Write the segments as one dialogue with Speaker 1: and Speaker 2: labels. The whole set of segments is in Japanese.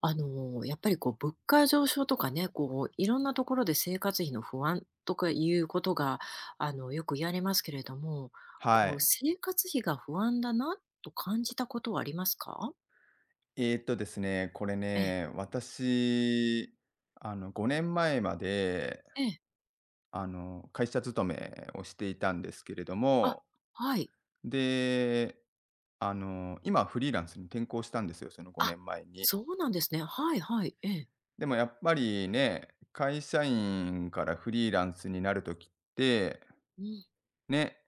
Speaker 1: やっぱりこう物価上昇とかね、こういろんなところで生活費の不安とかいうことが、よく言われますけれども、
Speaker 2: は
Speaker 1: こう
Speaker 2: い。
Speaker 1: 生活費が不安だなと感じたことはありますか？
Speaker 2: ですね、これ
Speaker 1: ええ、
Speaker 2: ね、私、5年前まで、
Speaker 1: ええ。
Speaker 2: 会社勤めをしていたんですけれど
Speaker 1: あ、
Speaker 2: も、
Speaker 1: はい。
Speaker 2: で、今はフリーランスに転向したんですよ、その5
Speaker 1: あ、
Speaker 2: 年前に。
Speaker 1: そうなんですね。はいはい。ええ。
Speaker 2: でもやっぱりね、会社員からフリーランスになるときって、
Speaker 1: うん。
Speaker 2: ね、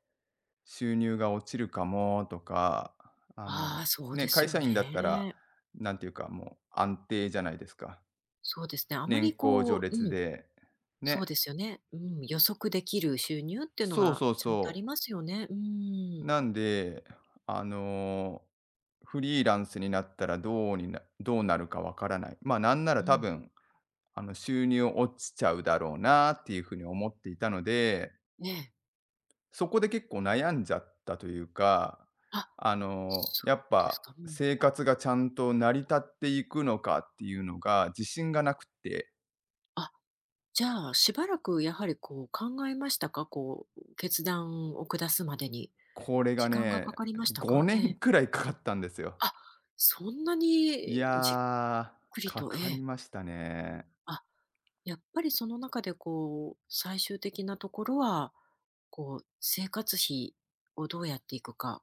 Speaker 2: 収入が落ちるかもとか、あ
Speaker 1: あ
Speaker 2: の、
Speaker 1: あ、そう
Speaker 2: ね、
Speaker 1: です
Speaker 2: 会
Speaker 1: よ
Speaker 2: 社員だったら、
Speaker 1: ね。
Speaker 2: なんていうか、もう安定じゃないですか。
Speaker 1: そうですね。あま
Speaker 2: 年
Speaker 1: り
Speaker 2: 功序
Speaker 1: こ
Speaker 2: 列
Speaker 1: う
Speaker 2: で。
Speaker 1: そう
Speaker 2: ね。
Speaker 1: ですよね。うん、予測できる収入っていうの
Speaker 2: そう
Speaker 1: が
Speaker 2: そう
Speaker 1: ちゃんとあ
Speaker 2: そ
Speaker 1: り
Speaker 2: う。
Speaker 1: ますよね。うん。
Speaker 2: なんで、あの、フリーランスになったらどうなるかわからない。ま、あなんな
Speaker 1: う
Speaker 2: ら多
Speaker 1: ん。
Speaker 2: 分、収入落ちちゃうだろうなっていうふうに思っていたので、
Speaker 1: ええ。
Speaker 2: そこで結構悩んじゃったというか、
Speaker 1: あ、そ
Speaker 2: やっ
Speaker 1: うです
Speaker 2: ぱ
Speaker 1: か。うん。
Speaker 2: 生活がちゃんと成り立っていくのかっていうのが自信がなくて、
Speaker 1: あ、じゃあ、しばらくやはりこう考えましたか？こう、決断を下すまでに。
Speaker 2: これが
Speaker 1: 時間が
Speaker 2: ね、
Speaker 1: かかりましたか？
Speaker 2: 5
Speaker 1: え
Speaker 2: 年
Speaker 1: え。
Speaker 2: くらいかかったんですよ。
Speaker 1: あ、そんな
Speaker 2: い
Speaker 1: にじっ
Speaker 2: やー、
Speaker 1: くり
Speaker 2: か
Speaker 1: と、え
Speaker 2: かり
Speaker 1: え。
Speaker 2: ましたね。
Speaker 1: あ、やっぱりその中でこう、最終的なところは、こう、生活費をどうやっていくか、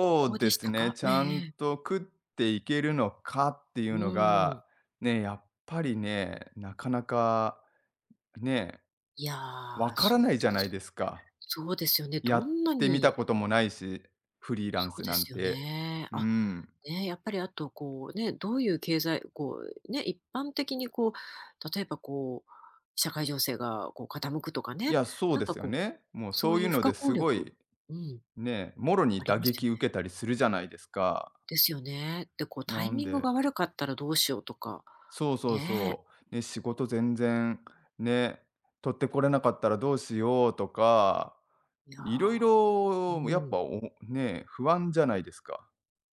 Speaker 1: こ
Speaker 2: う
Speaker 1: こで
Speaker 2: で
Speaker 1: し
Speaker 2: す
Speaker 1: た
Speaker 2: ね、
Speaker 1: か？
Speaker 2: ち
Speaker 1: ええ
Speaker 2: ゃ
Speaker 1: え
Speaker 2: ん
Speaker 1: え。
Speaker 2: と食っていけるのかっていう
Speaker 1: う
Speaker 2: の
Speaker 1: ん。
Speaker 2: が、ね、やっぱりね、なかなかね、
Speaker 1: いや
Speaker 2: わ
Speaker 1: ー、
Speaker 2: から
Speaker 1: そ
Speaker 2: な
Speaker 1: う
Speaker 2: いじ
Speaker 1: で
Speaker 2: ゃない
Speaker 1: す。
Speaker 2: ですか。
Speaker 1: そうですよね。
Speaker 2: や
Speaker 1: ど
Speaker 2: っ
Speaker 1: んな
Speaker 2: てみた
Speaker 1: に、
Speaker 2: こともないし、フリーラン
Speaker 1: そう
Speaker 2: ス
Speaker 1: で
Speaker 2: なん
Speaker 1: すよ
Speaker 2: て。
Speaker 1: ね。
Speaker 2: う
Speaker 1: あ、
Speaker 2: ん。
Speaker 1: ね、やっぱりあとこうね、どういう経済こうね、一般的にこう、例えばこう、社会情勢がこう傾くとか
Speaker 2: い
Speaker 1: ね、
Speaker 2: や、そう
Speaker 1: なん
Speaker 2: で
Speaker 1: か
Speaker 2: すよ
Speaker 1: こう、
Speaker 2: ね。もう
Speaker 1: そ
Speaker 2: そう
Speaker 1: う
Speaker 2: い
Speaker 1: い
Speaker 2: う
Speaker 1: う不
Speaker 2: ので
Speaker 1: 可
Speaker 2: す
Speaker 1: 抗
Speaker 2: ご
Speaker 1: 力、
Speaker 2: い
Speaker 1: うん、
Speaker 2: ね、もろ
Speaker 1: あ
Speaker 2: に
Speaker 1: り
Speaker 2: 打
Speaker 1: ますよ
Speaker 2: 撃受
Speaker 1: ね。
Speaker 2: けたりするじゃないですか。
Speaker 1: ですよね。で、こうタ
Speaker 2: な
Speaker 1: イ
Speaker 2: ん
Speaker 1: ミング
Speaker 2: で
Speaker 1: が悪かったらどうしようとか、
Speaker 2: そうそう
Speaker 1: ね。
Speaker 2: そう。ね、仕事全然ね、取ってこれなかったらどうしようとか、
Speaker 1: いや
Speaker 2: いろい
Speaker 1: ー、う
Speaker 2: ろやっ
Speaker 1: ん、
Speaker 2: ぱおね、不安じゃないですか。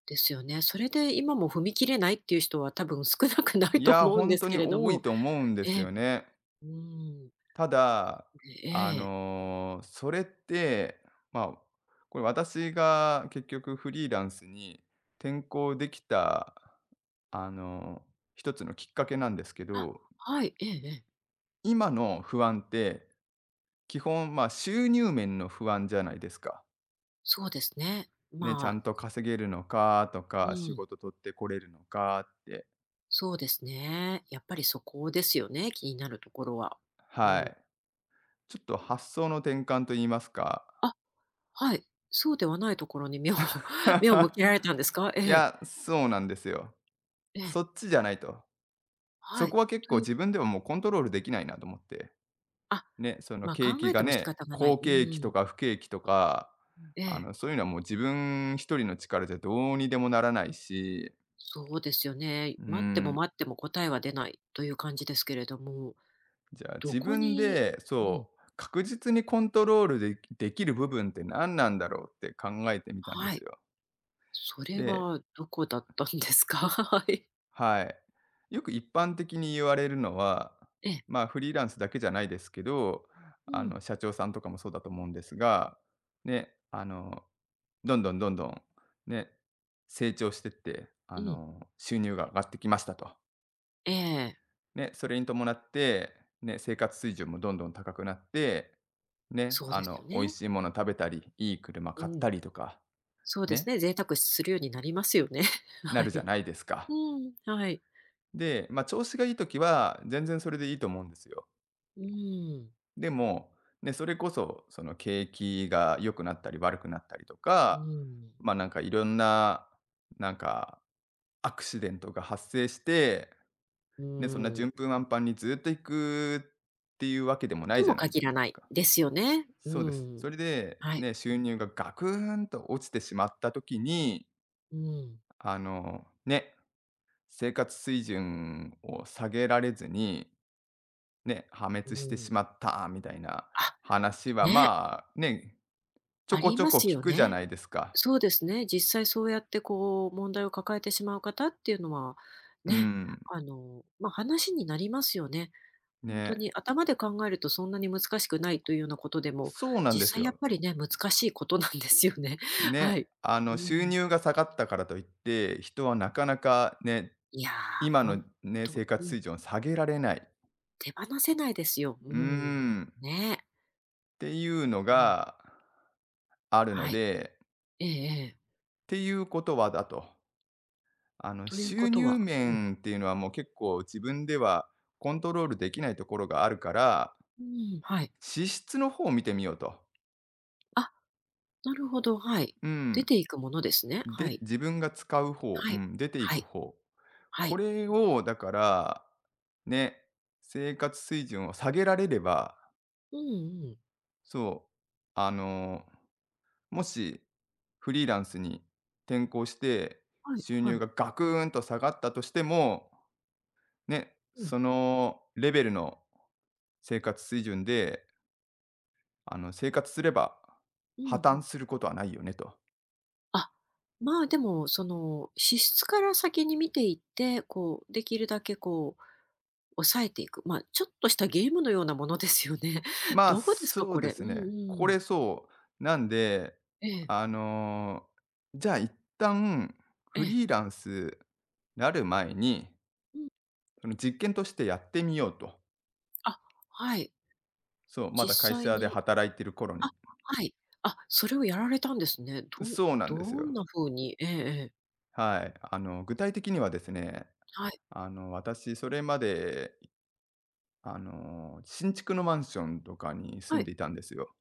Speaker 1: ですよね。それで今も踏み切れないっていう人は多分少なくない
Speaker 2: い
Speaker 1: と
Speaker 2: や、
Speaker 1: 思うん
Speaker 2: 本
Speaker 1: です
Speaker 2: 当
Speaker 1: け
Speaker 2: に
Speaker 1: れど
Speaker 2: 多い
Speaker 1: も、
Speaker 2: と思うんで
Speaker 1: え
Speaker 2: す
Speaker 1: え、
Speaker 2: よね。
Speaker 1: うん、
Speaker 2: ただ、
Speaker 1: ええ。
Speaker 2: それって、まあ、これ私が結局フリーランスに転向できた、あの、一つのきっかけなんですけ
Speaker 1: あ、
Speaker 2: ど、
Speaker 1: はい、ええええ。
Speaker 2: 今の不安って基本、まあ、収入面の不安じゃないですか。
Speaker 1: そうですね。
Speaker 2: ね、ちゃ
Speaker 1: ま
Speaker 2: ん
Speaker 1: あ、
Speaker 2: と稼げるのかと
Speaker 1: う
Speaker 2: か、仕
Speaker 1: ん、
Speaker 2: 事取ってこれるのかって。
Speaker 1: そうですね。やっぱりそこですよね、気になるところは。う
Speaker 2: は
Speaker 1: ん。
Speaker 2: い。ちょっと発想の転換と言いますか。
Speaker 1: あ、はい。そうではないところに目を 目を向けられたんですか？え
Speaker 2: い
Speaker 1: え、
Speaker 2: や、そうなんですよ。
Speaker 1: ええ、
Speaker 2: そっちじゃないと。
Speaker 1: は
Speaker 2: そ
Speaker 1: い。
Speaker 2: こは結
Speaker 1: と
Speaker 2: 構
Speaker 1: いう、
Speaker 2: 自分ではもうコントロールできないなと思って。
Speaker 1: あ、
Speaker 2: ね、その
Speaker 1: ま、
Speaker 2: 景
Speaker 1: 考
Speaker 2: 気
Speaker 1: え
Speaker 2: が
Speaker 1: ても仕
Speaker 2: ね、
Speaker 1: 方がない。
Speaker 2: 好
Speaker 1: う
Speaker 2: 景気と
Speaker 1: ん。
Speaker 2: か不景気とか、
Speaker 1: ええ、
Speaker 2: そういうのはもう自分一人の力じゃどうにでもならないし、
Speaker 1: そうですよね。
Speaker 2: う
Speaker 1: 待っても
Speaker 2: ん。
Speaker 1: 待っても答えは出ないという感じですけれども、
Speaker 2: じゃあ、
Speaker 1: ど
Speaker 2: 自
Speaker 1: こ
Speaker 2: 分
Speaker 1: に、
Speaker 2: で、
Speaker 1: うん、
Speaker 2: そう、確実にコントロールでできる部分って何なんだろうって考えてみたんで
Speaker 1: は
Speaker 2: す
Speaker 1: い。
Speaker 2: よ。
Speaker 1: それ
Speaker 2: で、
Speaker 1: はどこだったんですか？はい。
Speaker 2: はい。よく一般的に言われるのは、
Speaker 1: ええ、
Speaker 2: まあ、フリーランスだけじゃないですけど、
Speaker 1: うん。
Speaker 2: 社長さんとかもそうだと思うんですが、ね、どんどんどんどん、ね、成長してって、
Speaker 1: うん。
Speaker 2: 収入が上がってきましたと。
Speaker 1: ええ。
Speaker 2: ね、それに伴って、ね、生活水準もどんどん高くなって、ね、
Speaker 1: そうですよ
Speaker 2: 美味
Speaker 1: ね。
Speaker 2: しいもの食べたり、いい車
Speaker 1: う
Speaker 2: 買った
Speaker 1: ん。
Speaker 2: りとか、
Speaker 1: そうです
Speaker 2: ね、
Speaker 1: ね、贅沢するようになりますよね。
Speaker 2: な
Speaker 1: は
Speaker 2: るじゃ
Speaker 1: い。
Speaker 2: ないですか。
Speaker 1: うん、はい。
Speaker 2: で、まあ、調子がいいときは、全然それでいいと思うんですよ。
Speaker 1: うん。
Speaker 2: でも、ね、それこそ、その景気が良くなったり悪くなったりと
Speaker 1: う
Speaker 2: か、
Speaker 1: ん。
Speaker 2: まあ、なんかいろんな、なんか、アクシデントが発生して、
Speaker 1: う
Speaker 2: ね、そんな
Speaker 1: ん。
Speaker 2: 順風満帆にずっと行くっていうわけでもない
Speaker 1: と
Speaker 2: じゃ
Speaker 1: も
Speaker 2: ないじ
Speaker 1: 限
Speaker 2: ゃ
Speaker 1: ら
Speaker 2: ないで
Speaker 1: な
Speaker 2: す
Speaker 1: い
Speaker 2: か。
Speaker 1: ですよね。う
Speaker 2: そうです。
Speaker 1: ん。
Speaker 2: それで、
Speaker 1: はい。
Speaker 2: ね、収入がガクーンと落ちてしまった時に、
Speaker 1: うん。
Speaker 2: ね、生活水準を下げられずに、ね、破
Speaker 1: う
Speaker 2: 滅してし
Speaker 1: ん。
Speaker 2: まったみたいな
Speaker 1: あ、
Speaker 2: 話は、
Speaker 1: ね、
Speaker 2: まあ、ね、ちょ
Speaker 1: あ
Speaker 2: こ
Speaker 1: り
Speaker 2: ちょ
Speaker 1: ま
Speaker 2: こ
Speaker 1: す
Speaker 2: 聞
Speaker 1: よ
Speaker 2: くじゃ
Speaker 1: ね。
Speaker 2: ないですか。
Speaker 1: そうですね。実際そうやってこう問題を抱えてしまう方っていうのは、
Speaker 2: う
Speaker 1: ね、
Speaker 2: ん。
Speaker 1: ま、話になりますよね。本当
Speaker 2: ね。
Speaker 1: に頭で考えるとそんなに難しくないというようなことでも、
Speaker 2: そうなんで
Speaker 1: 実
Speaker 2: す
Speaker 1: 際やっ
Speaker 2: よ。
Speaker 1: ぱりね、難しいことなんですよね。は
Speaker 2: ね。
Speaker 1: い。う
Speaker 2: 収
Speaker 1: ん。
Speaker 2: 入が下がったからといって、人はなかなかね、
Speaker 1: いやー、
Speaker 2: 今の
Speaker 1: 本
Speaker 2: ね、
Speaker 1: 当、
Speaker 2: 生
Speaker 1: う
Speaker 2: 活
Speaker 1: ん、
Speaker 2: 水準を下げられない。
Speaker 1: 手放せないですよ。う
Speaker 2: うー
Speaker 1: ん。
Speaker 2: ん。っ
Speaker 1: ねえ。
Speaker 2: ていうの
Speaker 1: うん。
Speaker 2: があるの
Speaker 1: はい。
Speaker 2: で、っ
Speaker 1: ええええ。
Speaker 2: ていうことはだと、
Speaker 1: という
Speaker 2: 収
Speaker 1: こと
Speaker 2: 入
Speaker 1: は、うん。
Speaker 2: 面っていうのはもう結構自分ではコントロールできないところがあるから、
Speaker 1: うん、はい。
Speaker 2: 支出の方を見てみようと。
Speaker 1: あ、なるほど、はい。
Speaker 2: う
Speaker 1: 出
Speaker 2: ん。
Speaker 1: ていくものですね。は
Speaker 2: で、
Speaker 1: い。
Speaker 2: 自分が使う方、う
Speaker 1: はい。
Speaker 2: ん、出てい
Speaker 1: は
Speaker 2: く
Speaker 1: い。
Speaker 2: 方。
Speaker 1: は
Speaker 2: こ
Speaker 1: い。
Speaker 2: れをだから、ね、生活水準を下げられれば、
Speaker 1: うんうん。
Speaker 2: そう、あの、もしフリーランスに転向して、
Speaker 1: はい
Speaker 2: 収
Speaker 1: は
Speaker 2: 入
Speaker 1: い。
Speaker 2: がガクーンと下がったとしても、ね、
Speaker 1: うん。
Speaker 2: そのレベルの生活水準で、生活すれば
Speaker 1: うん
Speaker 2: 破
Speaker 1: う
Speaker 2: 綻
Speaker 1: ん。
Speaker 2: することはないよねと。
Speaker 1: あ、まあ、でも、その、支出から先に見ていって、こう、できるだけこう、抑えていく。まあ、ちょっとしたゲームのようなものですよね。
Speaker 2: まあ、
Speaker 1: どうですか、
Speaker 2: そう
Speaker 1: こ
Speaker 2: で
Speaker 1: れ。う
Speaker 2: す
Speaker 1: んう
Speaker 2: ね。これ
Speaker 1: ん。
Speaker 2: そう。なんで、
Speaker 1: ええ、
Speaker 2: あの、じゃあ一旦
Speaker 1: え
Speaker 2: フ
Speaker 1: え。
Speaker 2: リーランスなる前に、
Speaker 1: うん。
Speaker 2: その実験としてやってみようと。
Speaker 1: あ、はい。
Speaker 2: そう、まだ会
Speaker 1: 実際
Speaker 2: 社で
Speaker 1: に、
Speaker 2: 働いてる頃に。
Speaker 1: あ、はい。あ、それをやられたんですね。どん
Speaker 2: そうなんです
Speaker 1: どん
Speaker 2: よ。
Speaker 1: な風にええええ。
Speaker 2: はい。具体的にはですね、
Speaker 1: はい、
Speaker 2: 私それまで新築のマンションとかに住
Speaker 1: は
Speaker 2: ん
Speaker 1: い。
Speaker 2: でいたんですよ。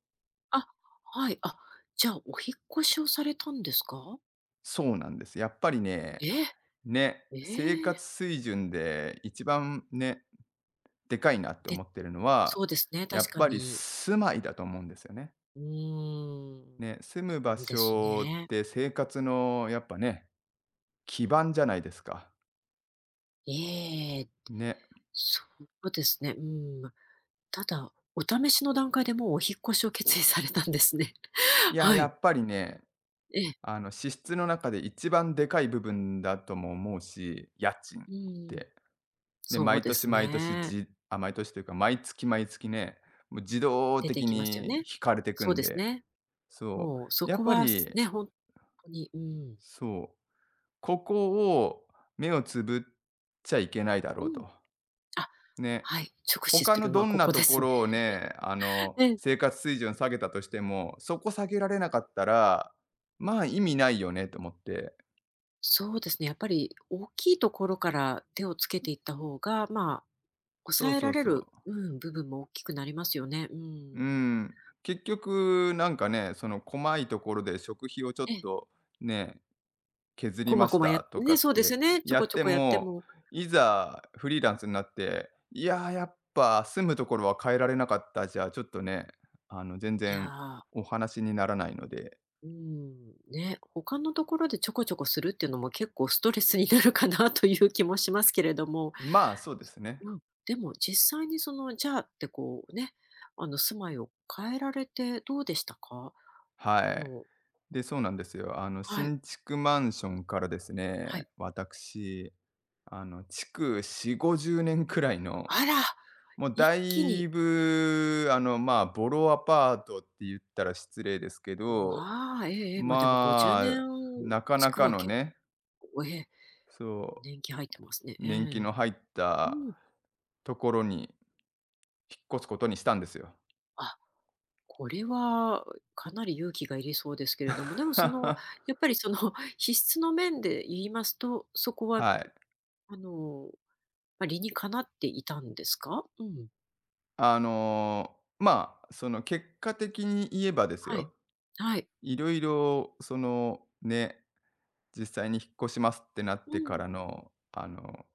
Speaker 1: あ、はい。あ、じゃあ、お引っ越しをされたんですか？
Speaker 2: そうなんです。やっぱりね、
Speaker 1: ええ、
Speaker 2: ね、生
Speaker 1: ええ。
Speaker 2: 活水準で一番ね、でかいなって
Speaker 1: で、
Speaker 2: 思ってるの
Speaker 1: そ
Speaker 2: は、
Speaker 1: うですね、
Speaker 2: や
Speaker 1: 確
Speaker 2: っ
Speaker 1: か
Speaker 2: ぱり
Speaker 1: に。
Speaker 2: 住まいだと思うんですよね。
Speaker 1: うーん。
Speaker 2: ね、住む場
Speaker 1: です
Speaker 2: 所っ
Speaker 1: ね。
Speaker 2: て生活のやっぱね、基盤じゃないですか。
Speaker 1: ええ、
Speaker 2: ね。
Speaker 1: そうですね、うん。ただ、お試しの段階でもうお引っ越しを決意されたんですね。
Speaker 2: い や、
Speaker 1: は
Speaker 2: や
Speaker 1: い。
Speaker 2: っぱりね、
Speaker 1: ええ。
Speaker 2: 支出の中で一番でかい部分だとも思うし、家賃っ
Speaker 1: うん、
Speaker 2: て。で、
Speaker 1: そう
Speaker 2: 毎
Speaker 1: で
Speaker 2: 年
Speaker 1: す
Speaker 2: 毎年、
Speaker 1: ね。
Speaker 2: 毎年というか、毎月毎月ね、もう自動
Speaker 1: 出て
Speaker 2: 的
Speaker 1: 行きますよ
Speaker 2: に
Speaker 1: ね。
Speaker 2: 引かれてく
Speaker 1: そう
Speaker 2: ん
Speaker 1: です
Speaker 2: で、
Speaker 1: ね。
Speaker 2: そ
Speaker 1: もうそ
Speaker 2: う、やっ
Speaker 1: こ
Speaker 2: ぱ
Speaker 1: は、
Speaker 2: り、
Speaker 1: ね、本当に、うん。
Speaker 2: そう、ここを目をつぶっちゃいけないだろ
Speaker 1: う
Speaker 2: う
Speaker 1: ん。
Speaker 2: と。
Speaker 1: あ、
Speaker 2: ね、
Speaker 1: はい、直視
Speaker 2: 他
Speaker 1: す
Speaker 2: の
Speaker 1: るのは
Speaker 2: どん
Speaker 1: こ
Speaker 2: な
Speaker 1: こ
Speaker 2: と
Speaker 1: で
Speaker 2: こ
Speaker 1: すね。
Speaker 2: ろをね、
Speaker 1: ええ。
Speaker 2: 生活水準下げたとしても、そこ下げられなかったら、まあ、意味ないよねと思って。
Speaker 1: そうですね、やっぱり大きいところから手をつけ
Speaker 2: そ
Speaker 1: ていった方が、まあ
Speaker 2: う
Speaker 1: 抑え
Speaker 2: そ
Speaker 1: ら
Speaker 2: う
Speaker 1: れ
Speaker 2: そ
Speaker 1: る、
Speaker 2: う。
Speaker 1: うん、部分も大きくなりますよね。う
Speaker 2: う
Speaker 1: ん。
Speaker 2: ん、結局なんかね、その細いところで食費をちょっ
Speaker 1: ええ、
Speaker 2: とね、削り
Speaker 1: こ
Speaker 2: ま
Speaker 1: ま
Speaker 2: し
Speaker 1: こま
Speaker 2: た
Speaker 1: や
Speaker 2: とか
Speaker 1: ね、そ
Speaker 2: っ
Speaker 1: うです
Speaker 2: て
Speaker 1: よね、ちょ
Speaker 2: や
Speaker 1: こ
Speaker 2: っ
Speaker 1: ちょ
Speaker 2: て
Speaker 1: こやって
Speaker 2: も、
Speaker 1: も、
Speaker 2: いざフリーランスになって、いや、やっぱ住むところは変えられなかったじゃ、あちょっとね、全
Speaker 1: いや
Speaker 2: 然
Speaker 1: ー、
Speaker 2: お話にならないので、
Speaker 1: うん、ね、他のところでちょこちょこするっていうのも結構ストレスになるかな という気もしますけれども、
Speaker 2: まあ、そうですね。
Speaker 1: うん、でも実際にその、じゃあってこうね、住まいを変えられてどうでしたか？あ
Speaker 2: はい。
Speaker 1: の、
Speaker 2: で、そうなんですよ。
Speaker 1: はい、
Speaker 2: 新築マンションからです
Speaker 1: は
Speaker 2: ね、
Speaker 1: い。
Speaker 2: 私、築4、50年くらいの、
Speaker 1: あら、
Speaker 2: もうだ
Speaker 1: 一気に。
Speaker 2: いぶ、まあ、ボロアパートって言ったら失礼ですけど
Speaker 1: わあ、ええええ、ま、でも50
Speaker 2: まあ、
Speaker 1: 年
Speaker 2: なか
Speaker 1: ち
Speaker 2: な
Speaker 1: く
Speaker 2: か
Speaker 1: わ
Speaker 2: の
Speaker 1: 結
Speaker 2: ね、
Speaker 1: 構ええ。
Speaker 2: そ
Speaker 1: 年季入ってますね。
Speaker 2: う、
Speaker 1: え
Speaker 2: 年季の
Speaker 1: え。
Speaker 2: 入っ
Speaker 1: う
Speaker 2: た
Speaker 1: ん。
Speaker 2: ところに引っ越すことにしたんですよ。
Speaker 1: あ、これはかなり勇気がいりそうですけれども、でもその、やっぱりその 皮質の面で言いますと、そこは
Speaker 2: はい。
Speaker 1: あの、まあ、理にかなっていたんですか？うん。
Speaker 2: まあ、その結果的に言えばです
Speaker 1: はい。
Speaker 2: よ、
Speaker 1: はい。
Speaker 2: いろいろそのね、実際に引っ越しますってなっ
Speaker 1: う
Speaker 2: てか
Speaker 1: ん。
Speaker 2: らの、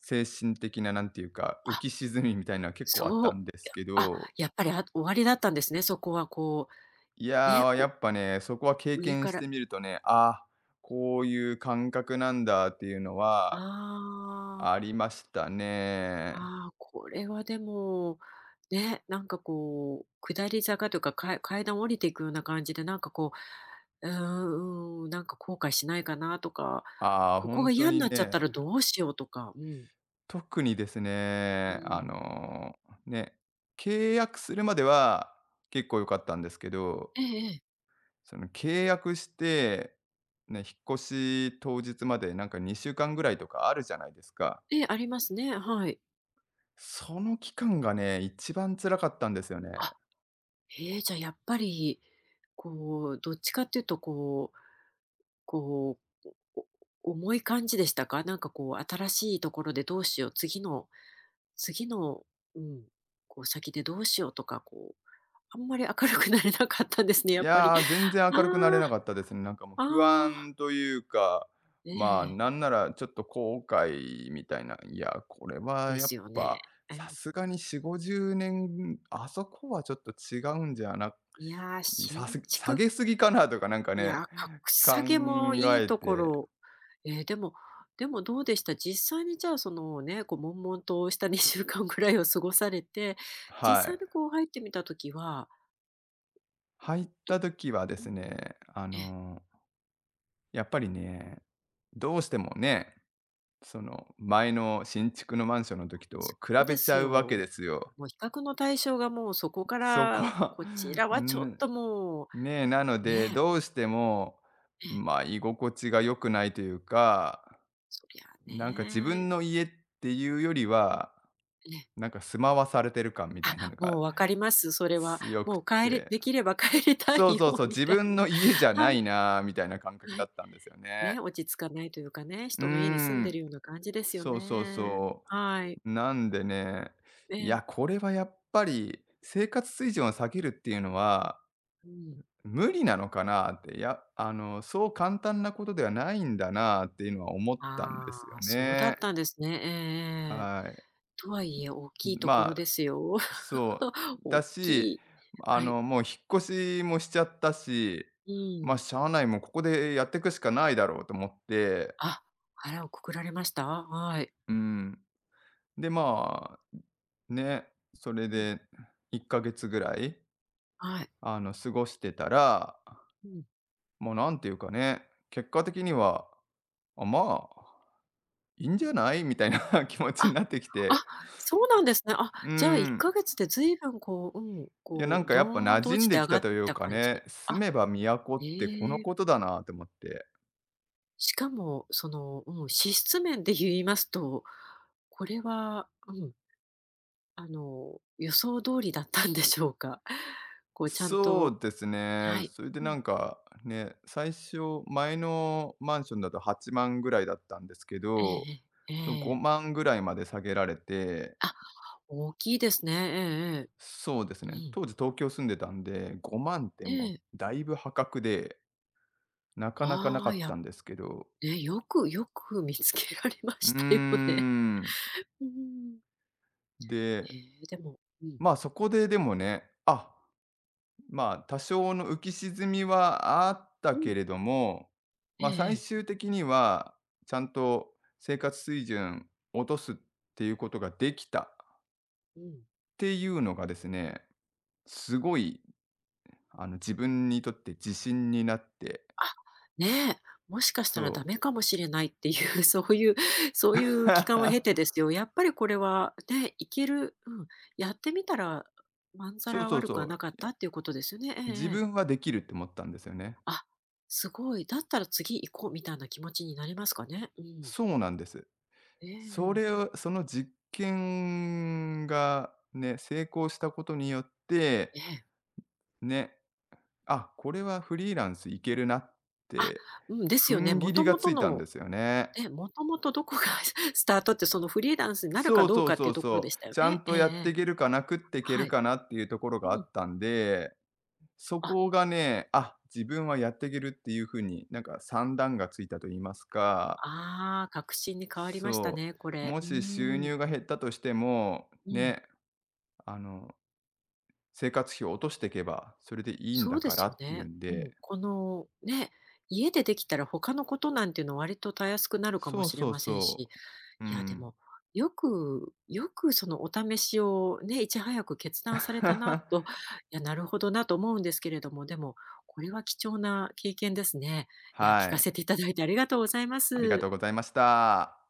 Speaker 2: 精神的な、なんていうか、浮
Speaker 1: あ、
Speaker 2: き沈みみたいなのは結構あっ
Speaker 1: そ
Speaker 2: た
Speaker 1: う。
Speaker 2: んですけ
Speaker 1: あ、
Speaker 2: ど
Speaker 1: やっぱり、あ終わりだったんですね、そこはこ
Speaker 2: い
Speaker 1: う、
Speaker 2: や
Speaker 1: ね、
Speaker 2: ー、や
Speaker 1: こ
Speaker 2: っぱね、そこは経
Speaker 1: う上
Speaker 2: 験
Speaker 1: か
Speaker 2: して
Speaker 1: ら、
Speaker 2: みるとね、あ、こういう感覚なんだっていうの
Speaker 1: あ
Speaker 2: はあ
Speaker 1: あ。
Speaker 2: りましたね。
Speaker 1: ああ、これはでも、ね、なんかこう、下り坂というか、か階段降りていくような感じで、なんかこう、うーん、なんか後悔しないかなとか、
Speaker 2: ああ、
Speaker 1: ここが
Speaker 2: 本当
Speaker 1: 嫌に
Speaker 2: に
Speaker 1: なっちゃった
Speaker 2: ね、
Speaker 1: らどうしようとか、うん、
Speaker 2: 特にです
Speaker 1: う
Speaker 2: ね、
Speaker 1: ん。
Speaker 2: ね、契約するまでは結構良かったんですけど、
Speaker 1: ええええ。
Speaker 2: その契約して、ね、引っ越し当日までなんか2週間ぐらいとかあるじゃないですか。
Speaker 1: ええ、ありますね、はい。
Speaker 2: その期間がね、一番辛かったんですよね。
Speaker 1: あ、へえ、じゃあやっぱり、こう、どっちかっていうとこう、こう、お重い感じでしたか？なんかこう、新しいところでどうしよう、次の、うん、こう先でどうしようとか、こう、あんまり明るくなれなかったんですね、や
Speaker 2: い
Speaker 1: っぱり。
Speaker 2: やー、全然
Speaker 1: あ
Speaker 2: 明るくなれなかったですね。なんかもう
Speaker 1: あ、あ
Speaker 2: 不
Speaker 1: あ、
Speaker 2: 安というか、
Speaker 1: ね
Speaker 2: まあ、
Speaker 1: え、
Speaker 2: なんならちょっと後悔みたいな、いや、これは
Speaker 1: で
Speaker 2: やっ
Speaker 1: すよね。
Speaker 2: ぱ
Speaker 1: え、
Speaker 2: さすがに4、50年、あそこはちょっと違うんじゃな、
Speaker 1: いやー、新
Speaker 2: 下
Speaker 1: 築、
Speaker 2: げすぎかなとかなんか
Speaker 1: い
Speaker 2: ね、
Speaker 1: やー、格
Speaker 2: 考
Speaker 1: 下げもいい
Speaker 2: え
Speaker 1: とこ
Speaker 2: て、
Speaker 1: ろ。えー、でも、でもどうでした？実際にじゃあ、そのね、こう悶々とした2週間ぐらいを過ごされて、実
Speaker 2: は
Speaker 1: 際
Speaker 2: い。
Speaker 1: にこう入ってみた時は、
Speaker 2: 入っ
Speaker 1: ど、
Speaker 2: た時はで
Speaker 1: う
Speaker 2: す
Speaker 1: ん、
Speaker 2: ね、
Speaker 1: ええ。
Speaker 2: やっぱりね、どうしてもね、その前の新築のマンションの時
Speaker 1: そ
Speaker 2: と比
Speaker 1: うで
Speaker 2: べち
Speaker 1: す
Speaker 2: ゃう
Speaker 1: よ。
Speaker 2: わけですよ。
Speaker 1: もう比較の対象がもうそこか
Speaker 2: そこ
Speaker 1: ら、
Speaker 2: は、
Speaker 1: こちら はちょっ
Speaker 2: ん、
Speaker 1: とも
Speaker 2: ねえ、なの
Speaker 1: う、
Speaker 2: で、
Speaker 1: ねえ、
Speaker 2: どうしても、
Speaker 1: ええ、
Speaker 2: ま、あ居心地が良くないというか、
Speaker 1: そりゃ
Speaker 2: なんか自
Speaker 1: ね
Speaker 2: 分
Speaker 1: え、
Speaker 2: の家っていうよりは、
Speaker 1: ええ、
Speaker 2: なんか住まわされてる感みたいなの
Speaker 1: も
Speaker 2: が
Speaker 1: う分かります、それは。
Speaker 2: 強く
Speaker 1: もう帰れ、
Speaker 2: て。
Speaker 1: できれば 帰りたい
Speaker 2: そうそう
Speaker 1: よ
Speaker 2: そう、
Speaker 1: み
Speaker 2: 自
Speaker 1: たい
Speaker 2: 分
Speaker 1: な。
Speaker 2: の家じゃ
Speaker 1: は
Speaker 2: な
Speaker 1: い、
Speaker 2: いなみたいな感覚
Speaker 1: は
Speaker 2: だ
Speaker 1: い。
Speaker 2: ったんですよね。
Speaker 1: ね、落ち着かないというかね、
Speaker 2: うー
Speaker 1: 人の家に住んで
Speaker 2: ん、
Speaker 1: るような感じですよ
Speaker 2: そうそう
Speaker 1: ね。
Speaker 2: そ
Speaker 1: はい。
Speaker 2: う。なんでね、
Speaker 1: え
Speaker 2: い
Speaker 1: え、
Speaker 2: や、これはやっぱり生活水準を下げるっていうのは
Speaker 1: うん。
Speaker 2: 無理なのかなって、いや、そう簡単なことではないんだなっていうのは思ったんで
Speaker 1: あ
Speaker 2: すよ
Speaker 1: あ、そうだ
Speaker 2: ね。
Speaker 1: ったんですね。ええええ。
Speaker 2: はい。
Speaker 1: とはいえ大きいところ
Speaker 2: まあ、
Speaker 1: ですよ。
Speaker 2: そう。
Speaker 1: 大
Speaker 2: だ
Speaker 1: き
Speaker 2: し、
Speaker 1: い。はい。
Speaker 2: もう引っ越しもしちゃったし、
Speaker 1: う
Speaker 2: まあ、
Speaker 1: ん。
Speaker 2: しゃあない、もうここでやっていくしかないだろうと思って、
Speaker 1: あ、腹をくくられました？はい。
Speaker 2: うん。で、まあ、ね、それ
Speaker 1: うん。
Speaker 2: で1ヶ月ぐらい、
Speaker 1: はい。
Speaker 2: 過ごしてたら、
Speaker 1: うん。
Speaker 2: もうなんていうかね、結果的には、あ、まあいいんじゃない？みたいな 気持ち
Speaker 1: あ、
Speaker 2: になってきて、
Speaker 1: あ、そうなんですね。あ、
Speaker 2: うー
Speaker 1: じゃあ1
Speaker 2: ん、
Speaker 1: ヶ月で随分こう、うん、
Speaker 2: いや、な
Speaker 1: こ
Speaker 2: ん
Speaker 1: う、
Speaker 2: かやっぱ
Speaker 1: どーん
Speaker 2: 馴
Speaker 1: と
Speaker 2: 染
Speaker 1: 落
Speaker 2: ん
Speaker 1: ち
Speaker 2: で
Speaker 1: て
Speaker 2: き
Speaker 1: 上が
Speaker 2: た
Speaker 1: っ
Speaker 2: と
Speaker 1: て
Speaker 2: い
Speaker 1: き
Speaker 2: う
Speaker 1: た
Speaker 2: か
Speaker 1: 感
Speaker 2: ね、
Speaker 1: じ。
Speaker 2: 住
Speaker 1: あ、
Speaker 2: めば都ってこの
Speaker 1: ええ。
Speaker 2: ことだなと思って。
Speaker 1: しかも、その、うん、支出面で言いますと、これは、うん、予想通りだったんでしょうか？こうちゃん
Speaker 2: そ
Speaker 1: と、
Speaker 2: うです
Speaker 1: は
Speaker 2: ね。
Speaker 1: い。
Speaker 2: それで
Speaker 1: う
Speaker 2: な
Speaker 1: ん。
Speaker 2: んか、ね、最初、前のマンションだと8万ぐらいだったんですけ
Speaker 1: え
Speaker 2: ど、
Speaker 1: えええ。ええ。
Speaker 2: 5万ぐらいまで下げられて、
Speaker 1: あ、大きいですね。
Speaker 2: そうです
Speaker 1: ええええ。う
Speaker 2: ね、
Speaker 1: ん。
Speaker 2: 当時東京住んでたんで、5万って
Speaker 1: え
Speaker 2: もう
Speaker 1: え。
Speaker 2: だいぶ破格で、なかなかな
Speaker 1: あ
Speaker 2: か
Speaker 1: あ、
Speaker 2: った
Speaker 1: や、
Speaker 2: んですけど、
Speaker 1: ね、よくよく見つけられま
Speaker 2: うー
Speaker 1: したよね。
Speaker 2: ん、
Speaker 1: うん。
Speaker 2: で
Speaker 1: へえ、でも、うん。
Speaker 2: ま、あそこででもね、あ、ま、あ多少の浮き沈みはあった
Speaker 1: う
Speaker 2: け
Speaker 1: ん。
Speaker 2: れども、
Speaker 1: ええ
Speaker 2: ま、あ最
Speaker 1: ええ。
Speaker 2: 終的にはちゃんと生活水準落とすっていうことができたっ
Speaker 1: うん。
Speaker 2: ていうのがですね、すごい、自分にとって自信になって、
Speaker 1: あ、ね、もしかしたら
Speaker 2: そ
Speaker 1: ダメ
Speaker 2: う。
Speaker 1: かもしれないっていう、そういう、そういう期間を経てです よ、やっぱりこれはね、いける、うん、やってみたら、まんざ
Speaker 2: そう
Speaker 1: ら
Speaker 2: そう
Speaker 1: 悪くは
Speaker 2: そう。
Speaker 1: なかっ
Speaker 2: い
Speaker 1: た
Speaker 2: や、
Speaker 1: っていうことですよね。ええ
Speaker 2: 自
Speaker 1: ええ。
Speaker 2: 分はできるって思ったんですよね。
Speaker 1: あ、すごい、だったら次行こうみたいな気持ちになりますかね。うん。
Speaker 2: そうなんです。
Speaker 1: ええ
Speaker 2: そ
Speaker 1: え
Speaker 2: れ
Speaker 1: え。
Speaker 2: をその実験がね、成功したことによって、
Speaker 1: ええ。
Speaker 2: ね、あ、これはフリーランスいけるなっ
Speaker 1: あ、
Speaker 2: て、
Speaker 1: うん、ですよ
Speaker 2: 踏
Speaker 1: ね。
Speaker 2: ん
Speaker 1: も
Speaker 2: 切り
Speaker 1: と
Speaker 2: が
Speaker 1: も
Speaker 2: つ
Speaker 1: と
Speaker 2: いたん
Speaker 1: の、
Speaker 2: ですよね。
Speaker 1: え、もともとどこが スタートって、そのフリーランスになるか
Speaker 2: そう
Speaker 1: どう
Speaker 2: そう
Speaker 1: かって
Speaker 2: そ
Speaker 1: いう
Speaker 2: う
Speaker 1: ところで
Speaker 2: そう。
Speaker 1: したよ
Speaker 2: ちゃ
Speaker 1: ね。
Speaker 2: ん
Speaker 1: え
Speaker 2: と
Speaker 1: ええ
Speaker 2: やって
Speaker 1: え。
Speaker 2: いけるかな、食っていける
Speaker 1: はい。
Speaker 2: かなっていうところ
Speaker 1: う
Speaker 2: があ
Speaker 1: ん。
Speaker 2: ったんで、そ
Speaker 1: あ、
Speaker 2: こがね、あ、自分はやっていけるっていう風に、なんか算段がついたと言いますか、
Speaker 1: ああ、確信に変わりました
Speaker 2: そ
Speaker 1: ね、こ
Speaker 2: う、
Speaker 1: れ。
Speaker 2: も
Speaker 1: う
Speaker 2: し収
Speaker 1: ーん。
Speaker 2: 入が減ったとしても、
Speaker 1: うん。
Speaker 2: ね、あの生活費を落としていけば、それでいいん
Speaker 1: そ
Speaker 2: だ
Speaker 1: うで
Speaker 2: から
Speaker 1: すよ
Speaker 2: っていう
Speaker 1: ね。
Speaker 2: ん
Speaker 1: うん。
Speaker 2: で
Speaker 1: このね、家でできたら他のことなんていうのは割とたやすくなるかも
Speaker 2: そう
Speaker 1: しれ
Speaker 2: そう
Speaker 1: ませんし、
Speaker 2: そう。う
Speaker 1: いや、で
Speaker 2: ん。
Speaker 1: も、よくよくそのお試しをね、いち早く決断されたな と、いや、なるほどなと思うんですけれども、でも、これは貴重な経験ですね。いや、聞
Speaker 2: は
Speaker 1: か
Speaker 2: い。
Speaker 1: せていただいてありがとうございま
Speaker 2: ありがと
Speaker 1: す。
Speaker 2: うございました。